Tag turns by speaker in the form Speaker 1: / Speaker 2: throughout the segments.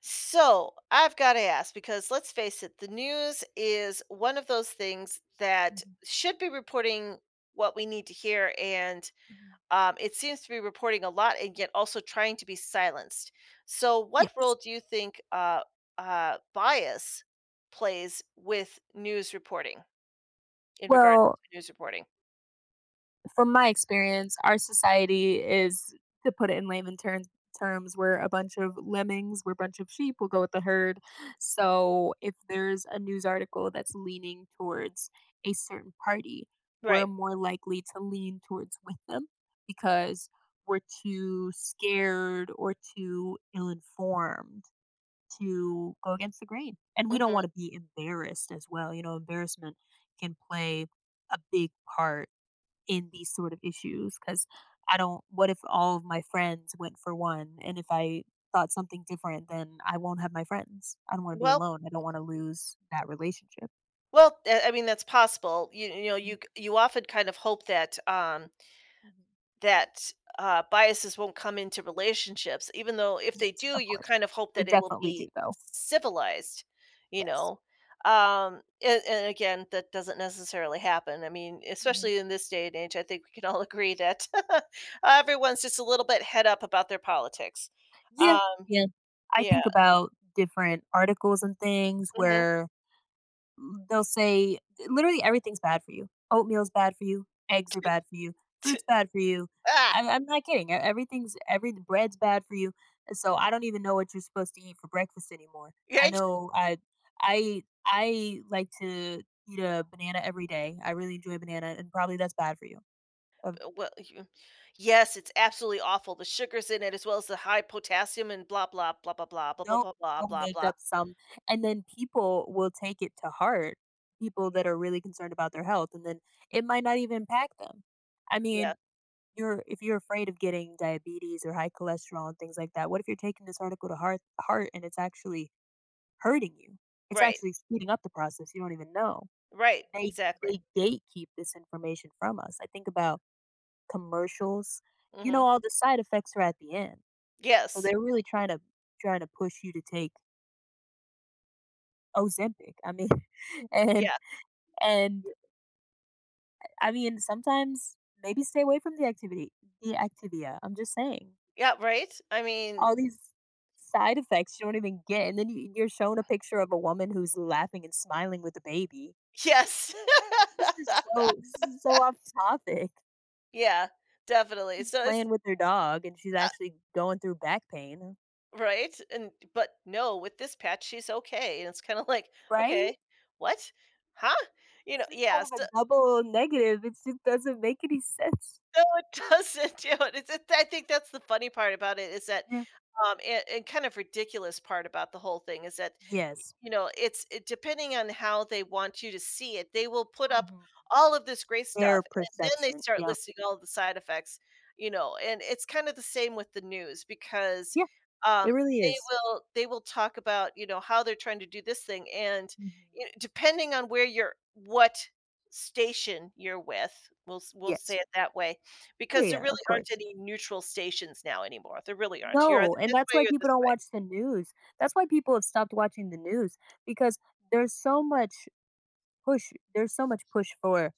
Speaker 1: So I've got to ask because let's face it, the news is one of those things that
Speaker 2: Mhm,
Speaker 1: should be reporting what we need to hear, and
Speaker 2: mhm.
Speaker 1: it seems to be reporting a lot and yet also trying to be silenced. So, what role
Speaker 2: Yes.
Speaker 1: do you think bias plays with news reporting in regards
Speaker 2: Well,
Speaker 1: to news reporting?
Speaker 2: from my experience, our society is, to put it in layman terms, we're a bunch of lemmings, we're a bunch of sheep, we'll go with the herd. So if there's a news article that's leaning towards a certain party, we're
Speaker 1: Right.
Speaker 2: more likely to lean towards with them because we're too scared or too ill-informed to go against the grain. And we don't want
Speaker 1: Hmm.
Speaker 2: to be embarrassed as well. You know, embarrassment can play a big part in these sort of issues because I don't, what if all of my friends went for one? And if I thought something different, then I won't have my friends. I don't want to be
Speaker 1: Well,
Speaker 2: alone. I don't want to lose that relationship.
Speaker 1: well, I mean that's possible. You know,
Speaker 2: Mhm,
Speaker 1: you often kind of hope that
Speaker 2: mhm.
Speaker 1: that, biases won't come into relationships, even though if they
Speaker 2: Yes.
Speaker 1: do,
Speaker 2: Of
Speaker 1: you
Speaker 2: course.
Speaker 1: kind of hope
Speaker 2: We
Speaker 1: that it will
Speaker 2: definitely
Speaker 1: be
Speaker 2: do, though.
Speaker 1: civilized, you
Speaker 2: Yes.
Speaker 1: know? And again, that doesn't necessarily happen. I mean,
Speaker 2: Mhm.
Speaker 1: especially in this day and age, I think we can all agree that everyone's just a little bit head up about their politics.
Speaker 2: Yeah.
Speaker 1: Um,
Speaker 2: Yeah. I
Speaker 1: yeah,
Speaker 2: think about different articles and things
Speaker 1: mhm.
Speaker 2: where they'll say literally everything's bad for you. Oatmeal's bad for you, eggs are bad for you, fruit's bad for you.
Speaker 1: Ah,
Speaker 2: I'm not kidding, e everything's every bread's bad for you, and so I don't even know what you're supposed to eat for breakfast anymore. I
Speaker 1: right?
Speaker 2: know I like to eat a banana every day. I really enjoy banana, and probably that's bad for you. Of
Speaker 1: Well, you yes, it's absolutely awful. The sugars in it as well as the high potassium and blah, blah, blah, blah, blah, blah, blah,
Speaker 2: don't
Speaker 1: blah, blah,
Speaker 2: don't
Speaker 1: blah,
Speaker 2: make
Speaker 1: blah.
Speaker 2: up some and then people will take it to heart, people that are really concerned about their health, and then it might not even impact them. I
Speaker 1: Yeah.
Speaker 2: mean you're if you're afraid of getting diabetes or high cholesterol and things like that, what if you're taking this article to heart and it's actually hurting you? It's
Speaker 1: Right,
Speaker 2: actually speeding up the process. You don't even know.
Speaker 1: right,
Speaker 2: They
Speaker 1: exactly.
Speaker 2: they gatekeep this information from us. I think about commercials. You know,
Speaker 1: Mhm.
Speaker 2: all the side effects are at the end. So
Speaker 1: Yes.
Speaker 2: they're really trying to push you to take Ozempic. I mean, and
Speaker 1: Yeah.
Speaker 2: and
Speaker 1: Y
Speaker 2: I mean sometimes maybe stay away from the activity, the Activia. I'm just saying.
Speaker 1: yeah, right? I mean,
Speaker 2: All these side effects you don't even get, and then you're shown a picture of a woman who's laughing and smiling with a baby.
Speaker 1: yes.
Speaker 2: This is so this is so off topic.
Speaker 1: Yeah, definitely.
Speaker 2: She's
Speaker 1: So it's
Speaker 2: playing with her dog, and she's
Speaker 1: uh,
Speaker 2: actually going through back pain,
Speaker 1: right? And but no, with this patch, she's okay, and it's kinda like,
Speaker 2: right?
Speaker 1: "Okay, what? Huh?" You
Speaker 2: It's
Speaker 1: know?
Speaker 2: just kind
Speaker 1: Yeah,
Speaker 2: of
Speaker 1: so
Speaker 2: a double negative, it just doesn't make any sense.
Speaker 1: no, it doesn't, you know, it's I think that's the funny part about it is that
Speaker 2: Yeah.
Speaker 1: Um, and, and kind of ridiculous part about the whole thing is that,
Speaker 2: Yes.
Speaker 1: you know, it's it, depending on how they want you to see it, they will put up
Speaker 2: Mhm.
Speaker 1: all of this great stuff,
Speaker 2: Their
Speaker 1: and then they
Speaker 2: perception,
Speaker 1: start
Speaker 2: yeah.
Speaker 1: listing all the side effects, you know, and it's kind of the same with the news because
Speaker 2: Yeah, it
Speaker 1: um,
Speaker 2: really
Speaker 1: they
Speaker 2: is.
Speaker 1: will they will talk about you know how they're trying to do this thing, and
Speaker 2: Mhm.
Speaker 1: you know, depending on where you're what station you're with, we'll say
Speaker 2: Yes.
Speaker 1: it that way
Speaker 2: Yeah,
Speaker 1: because there
Speaker 2: yeah,
Speaker 1: really
Speaker 2: of
Speaker 1: aren't
Speaker 2: course.
Speaker 1: any neutral stations now anymore, there really aren't. You're either
Speaker 2: No, and
Speaker 1: this
Speaker 2: that's
Speaker 1: way
Speaker 2: why
Speaker 1: or
Speaker 2: people
Speaker 1: this
Speaker 2: don't
Speaker 1: way.
Speaker 2: watch the news. That's why people have stopped watching the news because there's so much there's so much push for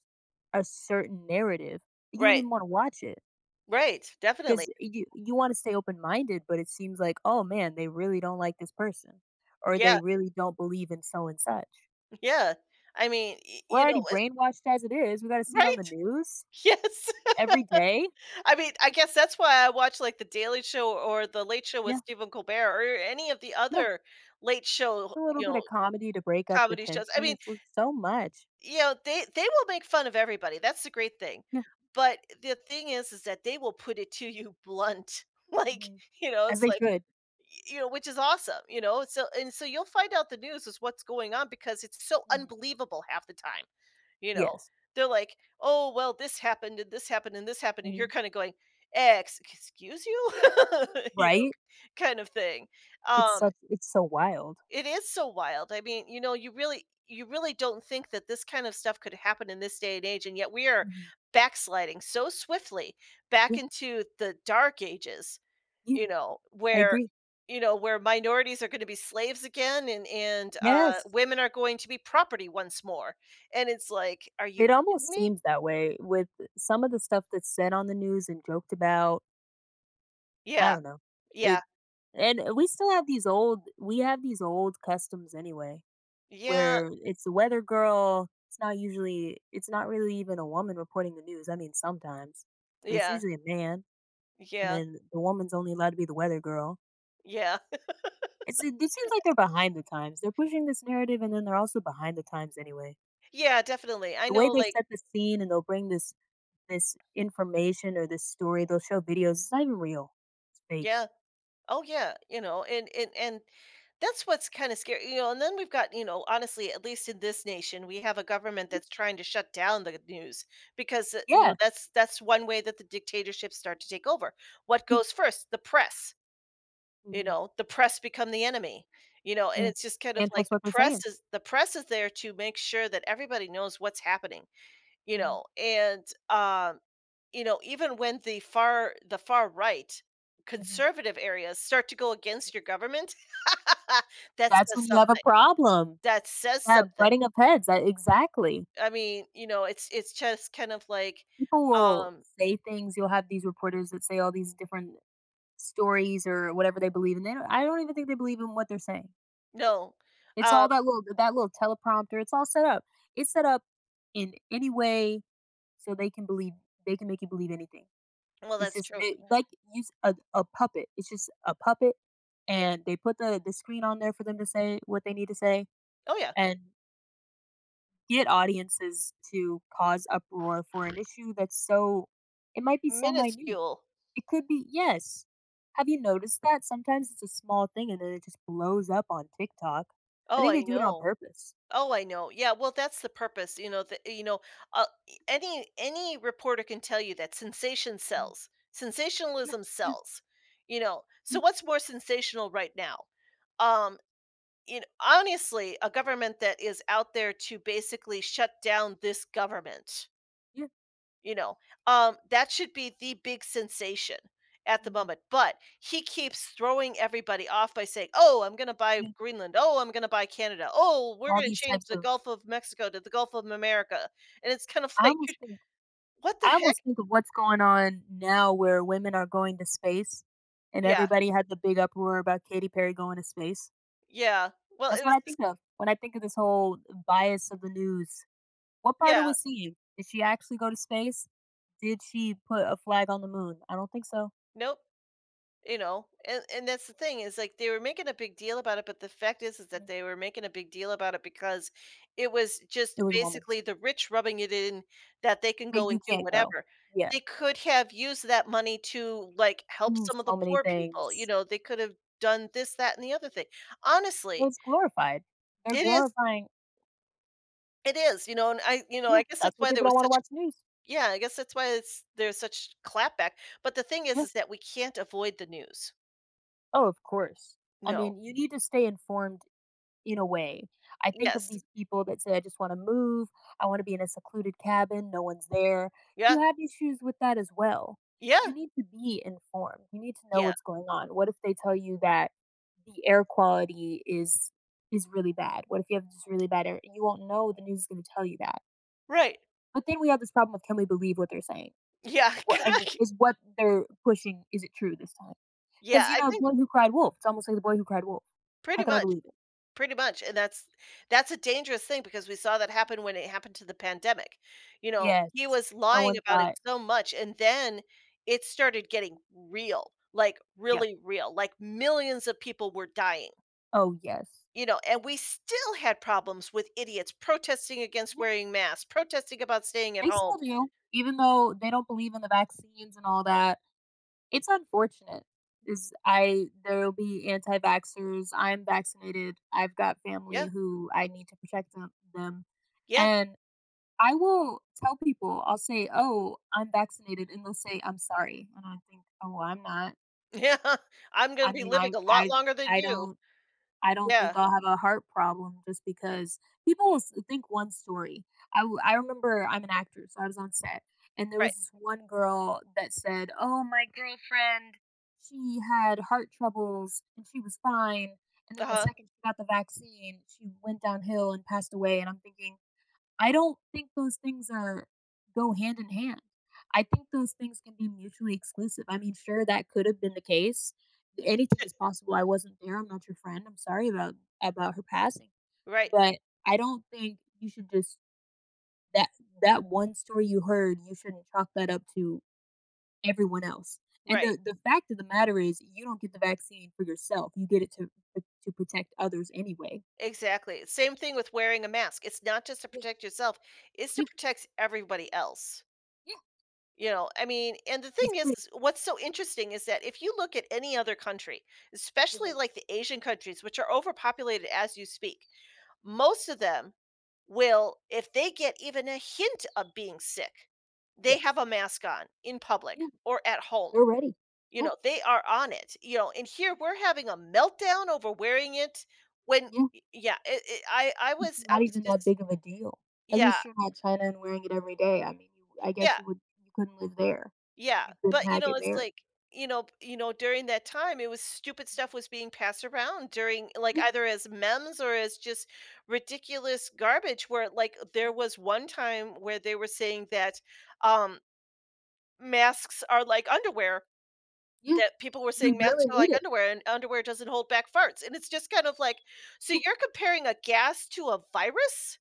Speaker 2: a certain narrative. You don't
Speaker 1: Right,
Speaker 2: even want to watch it
Speaker 1: right, definitely.
Speaker 2: because you want to stay open-minded, but it seems like, "Oh man, they really don't like this person or they
Speaker 1: Yeah,
Speaker 2: really don't believe in so and such."
Speaker 1: yeah. I mean, y
Speaker 2: We're
Speaker 1: you
Speaker 2: already
Speaker 1: know, eh
Speaker 2: brainwashed as it is. We got to see it on the
Speaker 1: right?
Speaker 2: news
Speaker 1: Yes.
Speaker 2: every day.
Speaker 1: I mean, I guess that's why I watch, like, The Daily Show or The Late Show with
Speaker 2: Yeah.
Speaker 1: Stephen Colbert or any of the
Speaker 2: Yeah.
Speaker 1: other late show,
Speaker 2: A little
Speaker 1: you
Speaker 2: bit
Speaker 1: know,
Speaker 2: of comedy to break up the
Speaker 1: comedy shows. I
Speaker 2: tension.
Speaker 1: mean,
Speaker 2: It's so much.
Speaker 1: you know, they will make fun of everybody, that's the great thing.
Speaker 2: Yeah.
Speaker 1: But the thing is that they will put it to you blunt. Like,
Speaker 2: Hmm.
Speaker 1: you know,
Speaker 2: As
Speaker 1: it's
Speaker 2: they
Speaker 1: like,
Speaker 2: should.
Speaker 1: you know, which is awesome, you know. So and so you'll find out the news is what's going on because it's so
Speaker 2: Mhm.
Speaker 1: unbelievable half the time, you know.
Speaker 2: Yes.
Speaker 1: They're like, "Oh, well, this happened and this happened and this happened," and you're
Speaker 2: Mhm.
Speaker 1: kind of going, "Ex, excuse you," you know,
Speaker 2: Right?
Speaker 1: kind of thing.
Speaker 2: It's
Speaker 1: Um,
Speaker 2: such it's so wild.
Speaker 1: it is so wild. I mean, you know, you really don't think that this kind of stuff could happen in this day and age, and yet we are
Speaker 2: Mhm.
Speaker 1: backsliding so swiftly back
Speaker 2: Yeah,
Speaker 1: into the dark ages,
Speaker 2: yeah,
Speaker 1: you know,
Speaker 2: I
Speaker 1: where
Speaker 2: agree.
Speaker 1: you know, where minorities are going to be slaves again and and
Speaker 2: Yes.
Speaker 1: women are going to be property once more. And it's like, are you
Speaker 2: It
Speaker 1: kidding
Speaker 2: almost
Speaker 1: me?
Speaker 2: seems that way with some of the stuff that's said on the news and joked about. I
Speaker 1: Yeah.
Speaker 2: don't know. It
Speaker 1: Yeah.
Speaker 2: and we have these old customs anyway,
Speaker 1: Yeah.
Speaker 2: where it's the weather girl. It's not really even a woman reporting the news. I mean, sometimes, but it's
Speaker 1: Yeah.
Speaker 2: usually a man, and
Speaker 1: Yeah.
Speaker 2: then the woman's only allowed to be the weather girl.
Speaker 1: Yeah.
Speaker 2: It seems like they're behind the times. They're pushing this narrative, and then they're also behind the times anyway.
Speaker 1: Yeah, definitely. I
Speaker 2: The way
Speaker 1: know
Speaker 2: they
Speaker 1: like
Speaker 2: set the scene and they'll bring this information or this story, they'll show videos. It's not even real. It's fake.
Speaker 1: yeah, oh yeah, you know, and that's what's kind of scary, you know. And then we've got, you know, honestly, at least in this nation, we have a government that's trying to shut down the news because you know
Speaker 2: Yeah.
Speaker 1: that's one way that the dictatorships start to take over. What
Speaker 2: Mm,
Speaker 1: goes first? The press. You
Speaker 2: mhm,
Speaker 1: know, the press become the enemy. You know, and
Speaker 2: yeah.
Speaker 1: it's just kind of
Speaker 2: Can't
Speaker 1: like
Speaker 2: trust
Speaker 1: the
Speaker 2: what they're
Speaker 1: press
Speaker 2: saying.
Speaker 1: is the press is there to make sure that everybody knows what's happening you
Speaker 2: Mhm,
Speaker 1: know and um you know even when the far right
Speaker 2: mhm.
Speaker 1: conservative areas start to go against your government. That
Speaker 2: That's
Speaker 1: says
Speaker 2: when you have a
Speaker 1: something.
Speaker 2: problem.
Speaker 1: That says
Speaker 2: That
Speaker 1: something.
Speaker 2: butting of heads, that exactly.
Speaker 1: I mean, you know, it's just kind of like,
Speaker 2: People will
Speaker 1: um
Speaker 2: say things. You'll have these reporters that say all these different stories or whatever they believe, and they don't I don't even think they believe in what they're saying.
Speaker 1: no.
Speaker 2: It's
Speaker 1: uh
Speaker 2: all that little teleprompter, it's all set up. It's set up in any way so they can believe they can make you believe anything.
Speaker 1: well,
Speaker 2: It's
Speaker 1: that's
Speaker 2: just
Speaker 1: true.
Speaker 2: they like use a puppet. It's just a puppet, and they put the screen on there for them to say what they need to say
Speaker 1: Oh yeah.
Speaker 2: and get audiences to cause uproar for an issue that's so it might be so minute.
Speaker 1: Minuscule.
Speaker 2: It could be yes. Have you noticed that? Sometimes it's a small thing and then it just blows up on TikTok. I
Speaker 1: Oh,
Speaker 2: think
Speaker 1: I
Speaker 2: they do it on
Speaker 1: know.
Speaker 2: purpose.
Speaker 1: Oh, I know. Yeah, well, that's the purpose, you know, the, you know, any reporter can tell you that sensation
Speaker 2: Mm,
Speaker 1: sells.
Speaker 2: yeah.
Speaker 1: Sensationalism sells. You know,
Speaker 2: Yeah,
Speaker 1: so what's more sensational right now? Um, you know, honestly, a government that is out there to basically shut down this government,
Speaker 2: yeah,
Speaker 1: you know, that should be the big sensation at the
Speaker 2: mhm,
Speaker 1: moment. But he keeps throwing everybody off by saying, "Oh, I'm going to buy
Speaker 2: yeah,
Speaker 1: Greenland. Oh, I'm going to buy Canada. Oh, we're
Speaker 2: all
Speaker 1: going to
Speaker 2: these
Speaker 1: change
Speaker 2: types
Speaker 1: the
Speaker 2: of
Speaker 1: Gulf of Mexico to the Gulf of America." And it's kind of
Speaker 2: I
Speaker 1: like, "You-
Speaker 2: almost think
Speaker 1: what the
Speaker 2: I
Speaker 1: heck?"
Speaker 2: almost think of what's going on now where women are going to space, and
Speaker 1: Yeah,
Speaker 2: everybody had the big uproar about Katy Perry going to space.
Speaker 1: yeah. Well,
Speaker 2: That's
Speaker 1: it
Speaker 2: what
Speaker 1: was
Speaker 2: I
Speaker 1: just
Speaker 2: think of when I think of this whole bias of the news. What part are
Speaker 1: yeah.
Speaker 2: we seeing? Did she actually go to space? Did she put a flag on the moon? I don't think so.
Speaker 1: Nope. You know and that's the thing is like they were making a big deal about it but the fact is that
Speaker 2: Mm,
Speaker 1: they were making a big deal about it because it was just
Speaker 2: it was a woman.
Speaker 1: basically the rich rubbing it in that they can
Speaker 2: Hey,
Speaker 1: go
Speaker 2: you
Speaker 1: and do
Speaker 2: can't go.
Speaker 1: whatever.
Speaker 2: Yeah,
Speaker 1: They could have used that money to like help
Speaker 2: ooh,
Speaker 1: some of the
Speaker 2: so many
Speaker 1: poor people. You
Speaker 2: things.
Speaker 1: know, they could have done this that and the other thing,
Speaker 2: So
Speaker 1: honestly.
Speaker 2: it's glorified. They're
Speaker 1: It is.
Speaker 2: glorifying.
Speaker 1: It is, you know. And I you know
Speaker 2: Yeah,
Speaker 1: I guess
Speaker 2: that's
Speaker 1: that's
Speaker 2: why
Speaker 1: why there
Speaker 2: people
Speaker 1: was
Speaker 2: don't want to
Speaker 1: such
Speaker 2: watch news.
Speaker 1: yeah I guess that's why it's there's such clapback. But the thing
Speaker 2: Yeah.
Speaker 1: is that we can't avoid the news.
Speaker 2: Oh, of course. I
Speaker 1: No.
Speaker 2: mean, you need to stay informed in a way. I think of
Speaker 1: Yes.
Speaker 2: these people that say, I just want to move. I want to be in a secluded cabin. No one's there.
Speaker 1: Yeah.
Speaker 2: You have issues with that as well. You
Speaker 1: Yeah.
Speaker 2: need to be informed. You need to know
Speaker 1: Yeah,
Speaker 2: what's going on. What if they tell you that the air quality is really bad? What if you have this really bad air? You won't know the news is going to tell you that.
Speaker 1: right.
Speaker 2: But then we have this problem of can we believe what they're saying?
Speaker 1: Yeah.
Speaker 2: What, is what they're pushing? Is it true this time?
Speaker 1: Yeah,
Speaker 2: 'Cause, you
Speaker 1: I
Speaker 2: know, the
Speaker 1: think
Speaker 2: Boy Who Cried Wolf, it's almost like The Boy Who Cried Wolf. How
Speaker 1: pretty
Speaker 2: could I
Speaker 1: much,
Speaker 2: believe it?
Speaker 1: pretty much, and that's a dangerous thing because we saw that happen when it happened to the pandemic. You know,
Speaker 2: Yes.
Speaker 1: he was
Speaker 2: No
Speaker 1: lying
Speaker 2: one
Speaker 1: about it
Speaker 2: thought.
Speaker 1: so much, and then it started getting real, like,
Speaker 2: Yep.
Speaker 1: really real, like, millions of people were dying,
Speaker 2: Oh, yes.
Speaker 1: you know, and
Speaker 2: Mhm.
Speaker 1: we still had problems with idiots protesting against
Speaker 2: Yep,
Speaker 1: wearing masks, protesting about staying at
Speaker 2: they
Speaker 1: home.
Speaker 2: still do, even though they don't believe in the vaccines and all that. It's unfortunate, is I there'll be anti-vaxxers, I'm vaccinated, I've got family
Speaker 1: Yeah,
Speaker 2: who I need to protect them,
Speaker 1: yeah,
Speaker 2: and I will tell people, I'll say, "Oh, I'm vaccinated," and they'll say, "I'm sorry," and I think, "Oh, well, I'm not.
Speaker 1: yeah. I'm gonna
Speaker 2: I
Speaker 1: be
Speaker 2: mean, I
Speaker 1: living a lot
Speaker 2: I
Speaker 1: longer than
Speaker 2: I
Speaker 1: you.
Speaker 2: don't I don't think
Speaker 1: Yeah,
Speaker 2: I'll have a heart problem just because people will s think one story. I remember I'm an actor, so I was on set, and there
Speaker 1: right.
Speaker 2: was this one girl that said, "Oh, my girlfriend, she had heart troubles and she was fine." And then the
Speaker 1: Uh-huh,
Speaker 2: second she got the vaccine, she went downhill and passed away, and I'm thinking, I don't think those things are go hand in hand. I think those things can be mutually exclusive. I mean, sure, that could have been the case. Anything is possible. I wasn't there. I'm not your friend. I'm sorry about her passing,
Speaker 1: right.
Speaker 2: but I don't think you should just that one story you heard. You shouldn't chalk that up to everyone else. And
Speaker 1: Right.
Speaker 2: the fact of the matter is, you don't get the vaccine for yourself. You get it to protect others anyway.
Speaker 1: Exactly. Same thing with wearing a mask. It's not just to
Speaker 2: Yeah,
Speaker 1: protect yourself, it's to
Speaker 2: yeah,
Speaker 1: protect everybody else.
Speaker 2: yeah.
Speaker 1: You know, I mean, and the
Speaker 2: It's
Speaker 1: thing
Speaker 2: pretty.
Speaker 1: is what's so interesting is that if you look at any other country, especially
Speaker 2: Mhm,
Speaker 1: like the Asian countries, which are overpopulated as you speak,
Speaker 2: mhm.
Speaker 1: most of them will, if they get even a hint of being sick, they have
Speaker 2: Yes.
Speaker 1: a mask on in
Speaker 2: Yeah.
Speaker 1: public or at home.
Speaker 2: They're ready.
Speaker 1: You
Speaker 2: Yeah,
Speaker 1: know, they are on it, you know, and here we're having a meltdown over wearing it when
Speaker 2: yeah,
Speaker 1: y yeah, it I
Speaker 2: it's
Speaker 1: was I
Speaker 2: not
Speaker 1: was
Speaker 2: even that
Speaker 1: just
Speaker 2: big of a deal. At
Speaker 1: yeah,
Speaker 2: least you're not China and wearing it every day. I mean, you I guess
Speaker 1: yeah,
Speaker 2: you would you couldn't live there.
Speaker 1: yeah,
Speaker 2: You
Speaker 1: but,
Speaker 2: couldn't
Speaker 1: you
Speaker 2: hack
Speaker 1: know,
Speaker 2: it
Speaker 1: it's
Speaker 2: there.
Speaker 1: like, you know, during that time, it was stupid stuff was being passed around during like,
Speaker 2: Yeah,
Speaker 1: either as memes or as just ridiculous garbage where, like, there was one time where they were saying that, um, masks are like underwear.
Speaker 2: yeah,
Speaker 1: That people were saying
Speaker 2: you
Speaker 1: masks
Speaker 2: really
Speaker 1: are
Speaker 2: need
Speaker 1: like
Speaker 2: it.
Speaker 1: underwear, and underwear doesn't hold back farts, and it's just kind of like, so
Speaker 2: Yeah,
Speaker 1: you're comparing a gas to a virus?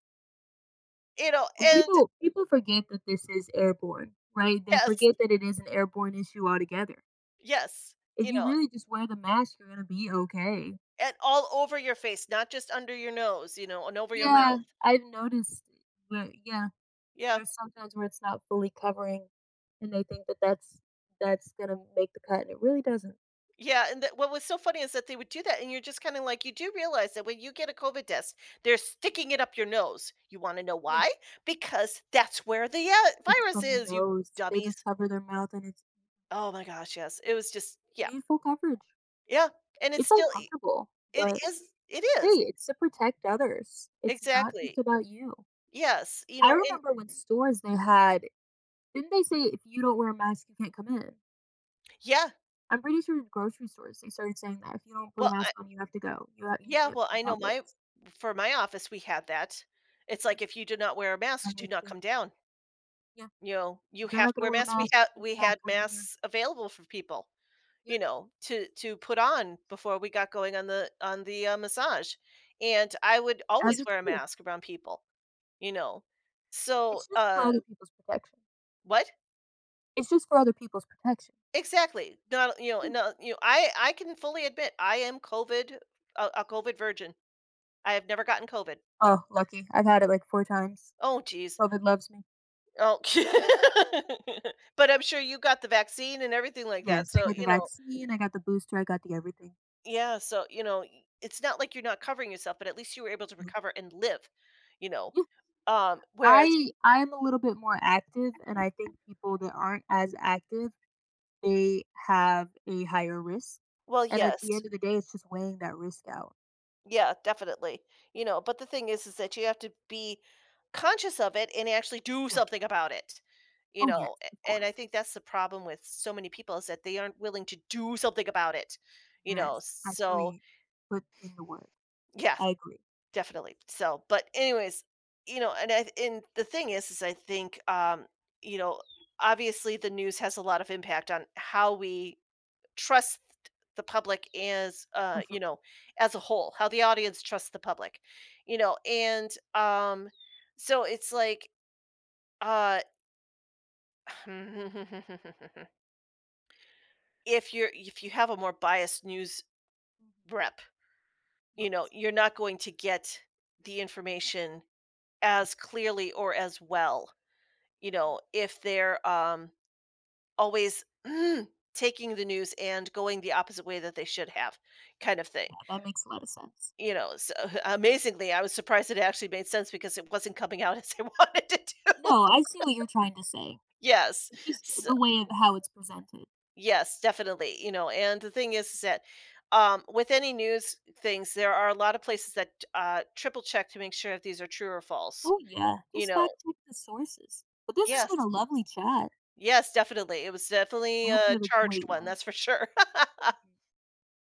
Speaker 1: You know,
Speaker 2: and
Speaker 1: and
Speaker 2: people forget that this is airborne, right? They
Speaker 1: yes,
Speaker 2: forget that it is an airborne issue altogether.
Speaker 1: yes,
Speaker 2: If
Speaker 1: you
Speaker 2: you
Speaker 1: know,
Speaker 2: really just wear the mask, you're gonna be okay.
Speaker 1: and all over your face, not just under your nose, you know, and over your
Speaker 2: Yeah,
Speaker 1: mouth.
Speaker 2: I've noticed where yeah,
Speaker 1: Yeah,
Speaker 2: there's sometimes where it's not fully covering, and they think that that's gonna make the cut, and it really doesn't.
Speaker 1: yeah, and that what was so funny is that they would do that, and you're just kinda like, you do realize that when you get a COVID test, they're sticking it up your nose. You wanna know
Speaker 2: Yeah,
Speaker 1: why? Because that's where the,
Speaker 2: it's
Speaker 1: virus
Speaker 2: from the
Speaker 1: is, you
Speaker 2: nose. They just
Speaker 1: dummies.
Speaker 2: cover their mouth and it's
Speaker 1: Oh my gosh, yes, it was just
Speaker 2: you
Speaker 1: yeah,
Speaker 2: need full coverage.
Speaker 1: yeah, and it's
Speaker 2: It's
Speaker 1: still e
Speaker 2: uncomfortable,
Speaker 1: it
Speaker 2: but
Speaker 1: is it
Speaker 2: hey,
Speaker 1: is,
Speaker 2: it's to protect others. It's not just
Speaker 1: exactly.
Speaker 2: about you.
Speaker 1: Yes, you
Speaker 2: I
Speaker 1: know, and
Speaker 2: remember when stores they had didn't they say if you don't wear a mask you can't come in?
Speaker 1: yeah,
Speaker 2: I'm pretty sure grocery stores they started saying that if you don't put a
Speaker 1: well, I
Speaker 2: mask on you have to go. You
Speaker 1: yeah,
Speaker 2: can't
Speaker 1: well,
Speaker 2: be in
Speaker 1: I know
Speaker 2: public.
Speaker 1: my for my office, we had that. It's
Speaker 2: Yeah,
Speaker 1: like, "If you do not wear a mask,
Speaker 2: I'm
Speaker 1: do
Speaker 2: with
Speaker 1: not
Speaker 2: you.
Speaker 1: come down,"
Speaker 2: Yeah,
Speaker 1: you know, "You
Speaker 2: if you're
Speaker 1: have
Speaker 2: not
Speaker 1: to
Speaker 2: gonna
Speaker 1: wear
Speaker 2: wear a
Speaker 1: masks." We
Speaker 2: mask,
Speaker 1: had
Speaker 2: you're
Speaker 1: we
Speaker 2: not
Speaker 1: had
Speaker 2: coming here.
Speaker 1: masks available for people, you
Speaker 2: Yep,
Speaker 1: know, to put on before we got going on the, massage, and I would
Speaker 2: as
Speaker 1: always
Speaker 2: it
Speaker 1: wear a
Speaker 2: should.
Speaker 1: mask around people, you know, so,
Speaker 2: It's just for other people's protection.
Speaker 1: what?
Speaker 2: It's just for other people's protection.
Speaker 1: Exactly. Not you know,
Speaker 2: Yeah.
Speaker 1: no, you know, I can fully admit I am a COVID virgin. I have never gotten COVID.
Speaker 2: Oh, lucky. I've had it like 4 times.
Speaker 1: Oh geez.
Speaker 2: COVID loves me.
Speaker 1: Oh, but I'm sure you got the vaccine and everything like that.
Speaker 2: Yes, I
Speaker 1: So
Speaker 2: got
Speaker 1: you
Speaker 2: the
Speaker 1: know,
Speaker 2: vaccine, I got the booster, I got the everything.
Speaker 1: yeah. So you know, it's not like you're not covering yourself, but at least you were able to
Speaker 2: Yeah.
Speaker 1: recover and live. You know,
Speaker 2: Yeah.
Speaker 1: whereas,
Speaker 2: I'm a little bit more active, and I think people that aren't as active, they have a higher risk,
Speaker 1: well,
Speaker 2: and at the
Speaker 1: yes.
Speaker 2: end of the day, it's just weighing that risk out.
Speaker 1: Yeah, definitely. You know, but the thing is that you have to be conscious of it and actually do
Speaker 2: Yes.
Speaker 1: something about it. You
Speaker 2: Oh, yes,
Speaker 1: know,
Speaker 2: of
Speaker 1: and I
Speaker 2: course.
Speaker 1: think that's the problem with so many people is that they aren't willing to do something about it. You know,
Speaker 2: Yes.
Speaker 1: so
Speaker 2: Actually put in the work.
Speaker 1: yeah,
Speaker 2: I agree.
Speaker 1: definitely. So, but anyways, you know, and and the thing is I think you know, obviously the news has a lot of impact on how we trust the public as
Speaker 2: For sure.
Speaker 1: you know as a whole how the audience trusts the public you know and so it's like uh if you're if you have a more biased news
Speaker 2: Mhm.
Speaker 1: rep, you know
Speaker 2: Yes.
Speaker 1: you're not going to get the information
Speaker 2: Yeah.
Speaker 1: as clearly or as well, you
Speaker 2: Mm.
Speaker 1: know if they're always taking the news and going the opposite way that they should have, kind of thing.
Speaker 2: Yeah, that makes a lot of sense.
Speaker 1: You know, so amazingly, I was surprised that it actually made sense because it wasn't coming out as I wanted to do.
Speaker 2: No, I see what you're trying to say.
Speaker 1: Yes.
Speaker 2: It's just
Speaker 1: S
Speaker 2: the way of how it's presented.
Speaker 1: yes, definitely, you know, and the thing is that, with any news things, there are a lot of places that, triple check to make sure if these are true or false,
Speaker 2: Oh, yeah,
Speaker 1: you
Speaker 2: just
Speaker 1: know.
Speaker 2: fact check the sources. But this has been
Speaker 1: Yes.
Speaker 2: a lovely chat.
Speaker 1: Yes, definitely. It was definitely
Speaker 2: I hope
Speaker 1: a
Speaker 2: you have a
Speaker 1: charged
Speaker 2: great
Speaker 1: one,
Speaker 2: one.
Speaker 1: that's for sure.
Speaker 2: Mhm.